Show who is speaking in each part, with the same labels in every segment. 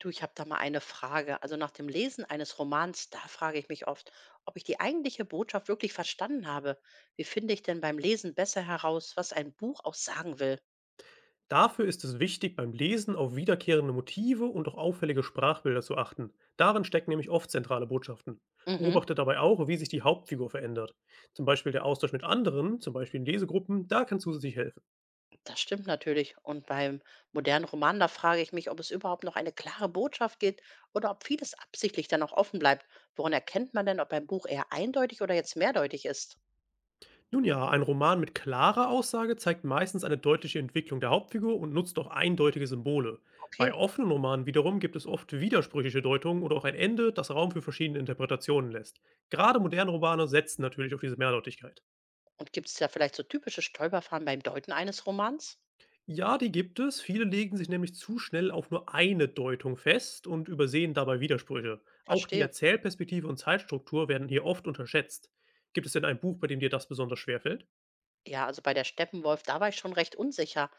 Speaker 1: Du, ich habe da mal eine Frage. Also nach dem Lesen eines Romans, da frage ich mich oft, ob ich die eigentliche Botschaft wirklich verstanden habe. Wie finde ich denn beim Lesen besser heraus, was ein Buch auch sagen will?
Speaker 2: Dafür ist es wichtig, beim Lesen auf wiederkehrende Motive und auch auffällige Sprachbilder zu achten. Darin stecken nämlich oft zentrale Botschaften.
Speaker 1: Mhm,
Speaker 2: Beobachte dabei auch, wie sich die Hauptfigur verändert. Zum Beispiel der Austausch mit anderen, zum Beispiel in Lesegruppen, da kann zusätzlich helfen.
Speaker 1: das stimmt natürlich. Und beim modernen Roman, da frage ich mich, ob es überhaupt noch eine klare Botschaft gibt oder ob vieles absichtlich dann auch offen bleibt. Woran erkennt man denn, ob ein Buch eher eindeutig oder jetzt mehrdeutig ist?
Speaker 2: Nun ja, ein Roman mit klarer Aussage zeigt meistens eine deutliche Entwicklung der Hauptfigur und nutzt auch eindeutige Symbole. Bei
Speaker 1: Okay.
Speaker 2: offenen Romanen wiederum gibt es oft widersprüchliche Deutungen oder auch ein Ende, das Raum für verschiedene Interpretationen lässt. Gerade moderne Romane setzen natürlich auf diese Mehrdeutigkeit.
Speaker 1: Und gibt es da vielleicht so typische Stolperfahren beim Deuten eines Romans?
Speaker 2: Ja, die gibt es. Viele legen sich nämlich zu schnell auf nur eine Deutung fest und übersehen dabei Widersprüche. Auch die
Speaker 1: Verstehe.
Speaker 2: Erzählperspektive und Zeitstruktur werden hier oft unterschätzt. Gibt es denn ein Buch, bei dem dir das besonders schwer fällt?
Speaker 1: Ja, also bei der Steppenwolf, da war ich schon recht unsicher.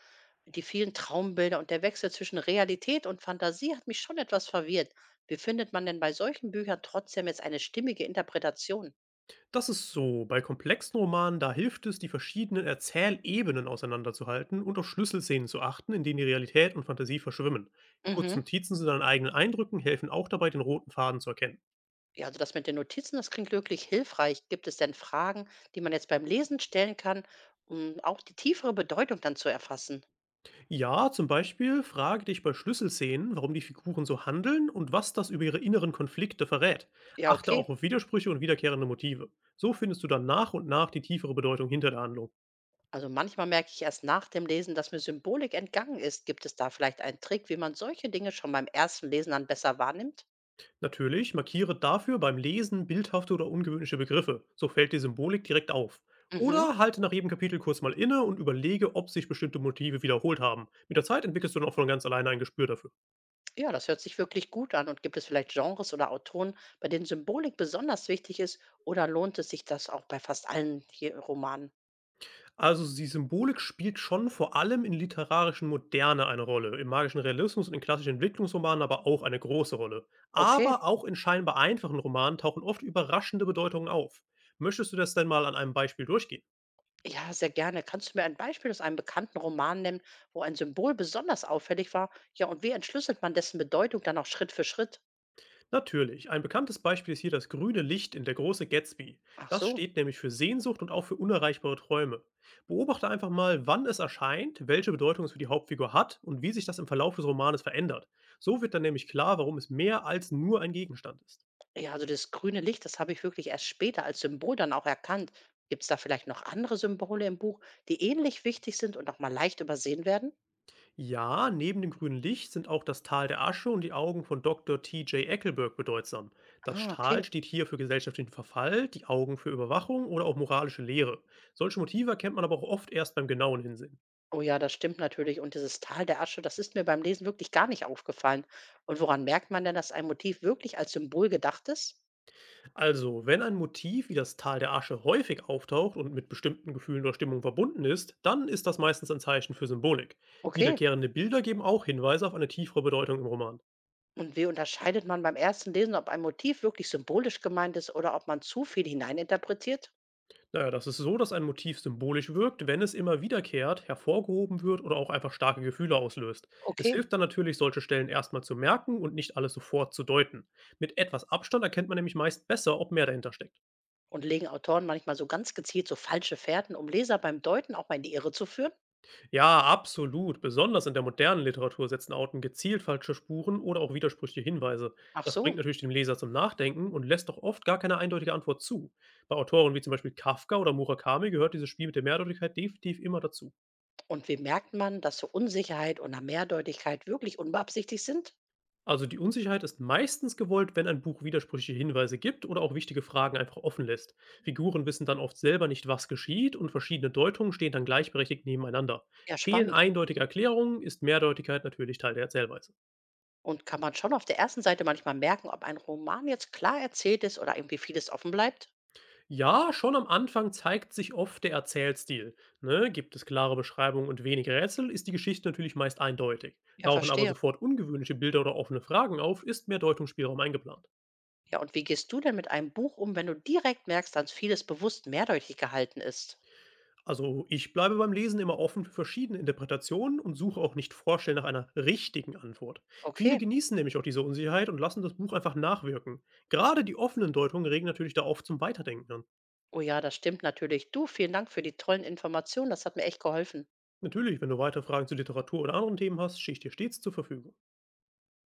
Speaker 1: Die vielen Traumbilder und der Wechsel zwischen Realität und Fantasie hat mich schon etwas verwirrt. Wie findet man denn bei solchen Büchern trotzdem jetzt eine stimmige Interpretation?
Speaker 2: Das ist so. Bei komplexen Romanen, da hilft es, die verschiedenen Erzählebenen auseinanderzuhalten und auf Schlüsselszenen zu achten, in denen die Realität und Fantasie verschwimmen. Kurze
Speaker 1: Mhm.
Speaker 2: Notizen zu deinen eigenen Eindrücken helfen auch dabei, den roten Faden zu erkennen.
Speaker 1: Ja, also das mit den Notizen, das klingt wirklich hilfreich. Gibt es denn Fragen, die man jetzt beim Lesen stellen kann, um auch die tiefere Bedeutung dann zu erfassen?
Speaker 2: Ja, zum Beispiel frage dich bei Schlüsselszenen, warum die Figuren so handeln und was das über ihre inneren Konflikte verrät.
Speaker 1: Ja,
Speaker 2: Achte auch
Speaker 1: okay.
Speaker 2: auf Widersprüche und wiederkehrende Motive. So findest du dann nach und nach die tiefere Bedeutung hinter der Handlung.
Speaker 1: Also manchmal merke ich erst nach dem Lesen, dass mir Symbolik entgangen ist. Gibt es da vielleicht einen Trick, wie man solche Dinge schon beim ersten Lesen dann besser wahrnimmt?
Speaker 2: Natürlich markiere dafür beim Lesen bildhafte oder ungewöhnliche Begriffe. So fällt die Symbolik direkt auf.
Speaker 1: Mhm.
Speaker 2: Oder halte nach jedem Kapitel kurz mal inne und überlege, ob sich bestimmte Motive wiederholt haben. Mit der Zeit entwickelst du dann auch von ganz alleine ein Gespür dafür.
Speaker 1: Ja, das hört sich wirklich gut an. Und gibt es vielleicht Genres oder Autoren, bei denen Symbolik besonders wichtig ist? Oder lohnt es sich das auch bei fast allen hier Romanen?
Speaker 2: Also, die Symbolik spielt schon vor allem in literarischen Moderne eine Rolle, im magischen Realismus und in klassischen Entwicklungsromanen aber auch eine große Rolle.
Speaker 1: Okay,
Speaker 2: Aber auch in scheinbar einfachen Romanen tauchen oft überraschende Bedeutungen auf. Möchtest du das denn mal an einem Beispiel durchgehen?
Speaker 1: ja, sehr gerne. Kannst du mir ein Beispiel aus einem bekannten Roman nennen, wo ein Symbol besonders auffällig war? Ja, und wie entschlüsselt man dessen Bedeutung dann auch Schritt für Schritt?
Speaker 2: Natürlich, ein bekanntes Beispiel ist hier das grüne Licht in Der große Gatsby.
Speaker 1: Ach
Speaker 2: Das
Speaker 1: so,
Speaker 2: steht nämlich für Sehnsucht und auch für unerreichbare Träume. Beobachte einfach mal, wann es erscheint, welche Bedeutung es für die Hauptfigur hat und wie sich das im Verlauf des Romanes verändert. So wird dann nämlich klar, warum es mehr als nur ein Gegenstand ist.
Speaker 1: ja, also das grüne Licht, das habe ich wirklich erst später als Symbol dann auch erkannt. Gibt es da vielleicht noch andere Symbole im Buch, die ähnlich wichtig sind und auch mal leicht übersehen werden?
Speaker 2: Ja, neben dem grünen Licht sind auch das Tal der Asche und die Augen von Dr. T.J. Eckelberg bedeutsam. Das
Speaker 1: Ah,
Speaker 2: Tal
Speaker 1: okay.
Speaker 2: steht hier für gesellschaftlichen Verfall, die Augen für Überwachung oder auch moralische Lehre. Solche Motive erkennt man aber auch oft erst beim genauen Hinsehen.
Speaker 1: Oh ja, das stimmt natürlich. Und dieses Tal der Asche, das ist mir beim Lesen wirklich gar nicht aufgefallen. Und woran merkt man denn, dass ein Motiv wirklich als Symbol gedacht ist?
Speaker 2: Also, wenn ein Motiv wie das Tal der Asche häufig auftaucht und mit bestimmten Gefühlen oder Stimmungen verbunden ist, dann ist das meistens ein Zeichen für Symbolik.
Speaker 1: Okay.
Speaker 2: Wiederkehrende Bilder geben auch Hinweise auf eine tiefere Bedeutung im Roman.
Speaker 1: Und wie unterscheidet man beim ersten Lesen, ob ein Motiv wirklich symbolisch gemeint ist oder ob man zu viel hineininterpretiert?
Speaker 2: Naja, das ist so, dass ein Motiv symbolisch wirkt, wenn es immer wiederkehrt, hervorgehoben wird oder auch einfach starke Gefühle auslöst. Es
Speaker 1: Okay.
Speaker 2: hilft dann natürlich, solche Stellen erstmal zu merken und nicht alles sofort zu deuten. Mit etwas Abstand erkennt man nämlich meist besser, ob mehr dahinter steckt.
Speaker 1: Und legen Autoren manchmal so ganz gezielt so falsche Fährten, um Leser beim Deuten auch mal in die Irre zu führen?
Speaker 2: Ja, absolut. Besonders in der modernen Literatur setzen Autoren gezielt falsche Spuren oder auch widersprüchliche Hinweise.
Speaker 1: Ach
Speaker 2: Das bringt
Speaker 1: so.
Speaker 2: natürlich den Leser zum Nachdenken und lässt auch oft gar keine eindeutige Antwort zu. Bei Autoren wie zum Beispiel Kafka oder Murakami gehört dieses Spiel mit der Mehrdeutigkeit definitiv immer dazu.
Speaker 1: Und wie merkt man, dass so Unsicherheit oder Mehrdeutigkeit wirklich unbeabsichtigt sind?
Speaker 2: Also die Unsicherheit ist meistens gewollt, wenn ein Buch widersprüchliche Hinweise gibt oder auch wichtige Fragen einfach offen lässt. Figuren wissen dann oft selber nicht, was geschieht und verschiedene Deutungen stehen dann gleichberechtigt nebeneinander.
Speaker 1: Ja,
Speaker 2: Fehlen
Speaker 1: spannend.
Speaker 2: eindeutige Erklärungen, ist Mehrdeutigkeit natürlich Teil der Erzählweise.
Speaker 1: Und kann man schon auf der ersten Seite manchmal merken, ob ein Roman jetzt klar erzählt ist oder irgendwie vieles offen bleibt?
Speaker 2: Ja, schon am Anfang zeigt sich oft der Erzählstil. Ne? Gibt es klare Beschreibungen und wenig Rätsel, ist die Geschichte natürlich meist eindeutig.
Speaker 1: Ja,
Speaker 2: Tauchen aber
Speaker 1: verstehe.
Speaker 2: sofort ungewöhnliche Bilder oder offene Fragen auf, ist mehr Deutungsspielraum eingeplant.
Speaker 1: Ja, und wie gehst du denn mit einem Buch um, wenn du direkt merkst, dass vieles bewusst mehrdeutig gehalten ist?
Speaker 2: Also ich bleibe beim Lesen immer offen für verschiedene Interpretationen und suche auch nicht vorstellen nach einer richtigen Antwort. Viele
Speaker 1: Okay.
Speaker 2: genießen nämlich auch diese Unsicherheit und lassen das Buch einfach nachwirken. Gerade die offenen Deutungen regen natürlich da oft zum Weiterdenken an.
Speaker 1: Oh ja, das stimmt natürlich. Du, vielen Dank für die tollen Informationen. Das hat mir echt geholfen.
Speaker 2: Natürlich, wenn du weitere Fragen zu Literatur oder anderen Themen hast, stehe ich dir stets zur Verfügung.